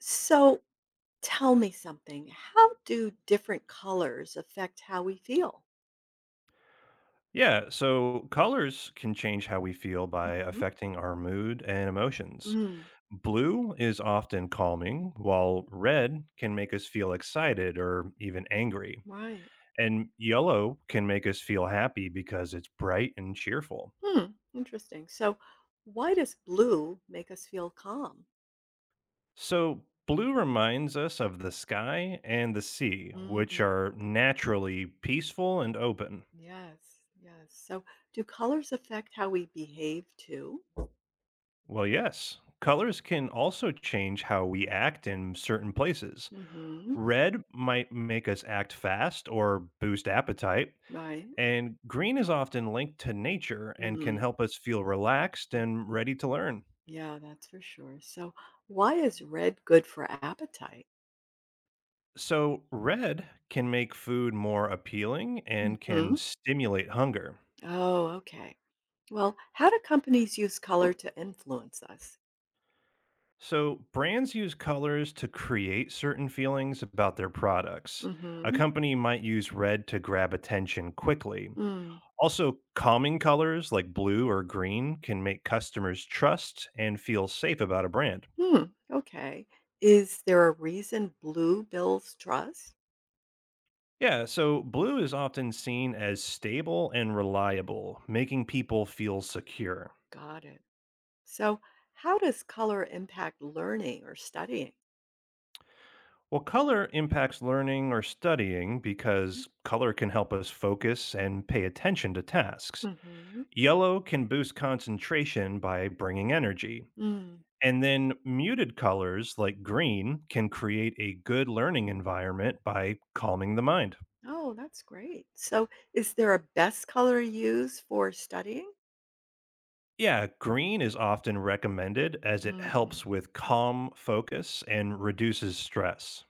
So tell me something. How do different colors affect how we feel? Yeah, so colors can change how we feel by hmm affecting our mood and emotions. Mm, Blue is often calming, while red can make us feel excited or even angry. right. And yellow can make us feel happy because it's bright and cheerful. Hmm. Interesting. So why does blue make us feel calm? So, blue reminds us of the sky and the sea, which Mm, are naturally peaceful and open. yes. Yes. So do colors affect how we behave too? Well, yes, colors can also change how we act in certain places. hmm Red might make us act fast or boost appetite, Right. and green is often linked to nature and can mm help us feel relaxed and mhm. ready to learn. Yeah, that's for sure. So why is red good for appetite? So, red can make food more appealing and can hmm stimulate hunger. Oh, okay. Well, how do companies use color to influence us? So, brands use colors to create certain feelings about their products. A Mm-hmm. company might use red to grab attention quickly. Mm. Also, calming colors like blue or green can make customers trust and feel safe about a brand. Hmm. Okay. Is there a reason blue builds trust? Yeah, so blue is often seen as stable and reliable, making people feel secure. Got it. So, how does color impact learning or studying? Well, color impacts learning or studying because color can help us focus and pay attention to tasks. Mm-hmm. Yellow can boost concentration by bringing energy. Mm. And then muted colors like green can create a good learning environment by calming the mind. Oh, that's great. So, is there a best color used for studying? Yeah, green is often recommended as it Mm. helps with calm focus and reduces stress.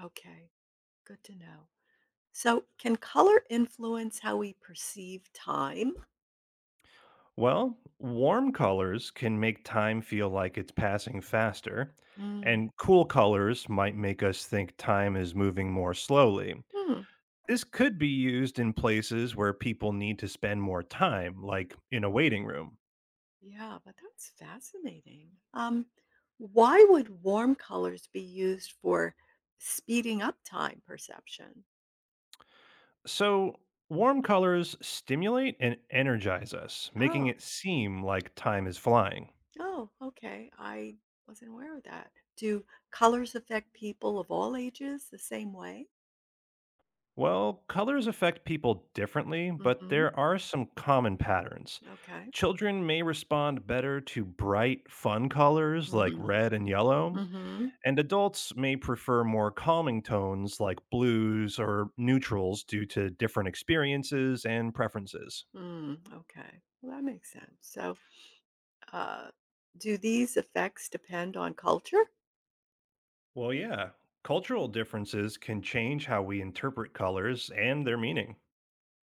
Okay. Good to know. So, can color influence how we perceive time? Well, warm colors can make time feel like it's passing faster, Mm. and cool colors might make us think time is moving more slowly. Hmm. This could be used in places where people need to spend more time, like in a waiting room. Yeah, but that's fascinating. Why would warm colors be used for speeding up time perception? So, warm colors stimulate and energize us, making Oh, it seem like time is flying. oh, okay. I wasn't aware of that. Do colors affect people of all ages the same way? Well, colors affect people differently, but Mm-hmm. there are some common patterns. Okay. Children may respond better to bright, fun colors like Mm-hmm, red and yellow, mm-hmm, and adults may prefer more calming tones like blues or neutrals due to different experiences and preferences. Mm, okay. Well, that makes sense. So, uh, do these effects depend on culture? Well, yeah, cultural differences can change how we interpret colors and their meaning.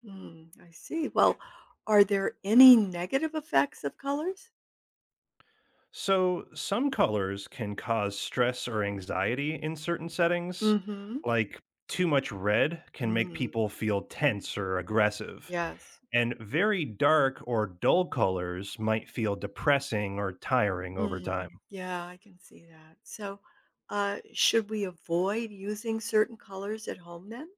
Mm, I see. Well, are there any negative effects of colors? So, some colors can cause stress or anxiety in certain settings. Mhm. Like, too much red can make Mm. people feel tense or aggressive. Yes. And very dark or dull colors might feel depressing or tiring over time. Mm. Yeah, I can see that. So, should we avoid using certain colors at home then?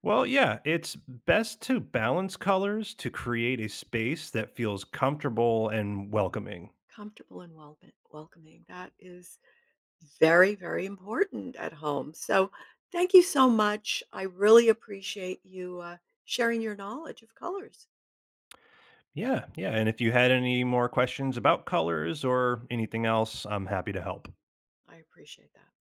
Well, yeah, it's best to balance colors to create a space that feels comfortable and welcoming. Comfortable and welcoming. That is very, very important at home. So, thank you so much. I really appreciate you sharing your knowledge of colors. Yeah, yeah. And if you had any more questions about colors or anything else, I'm happy to help. I appreciate that.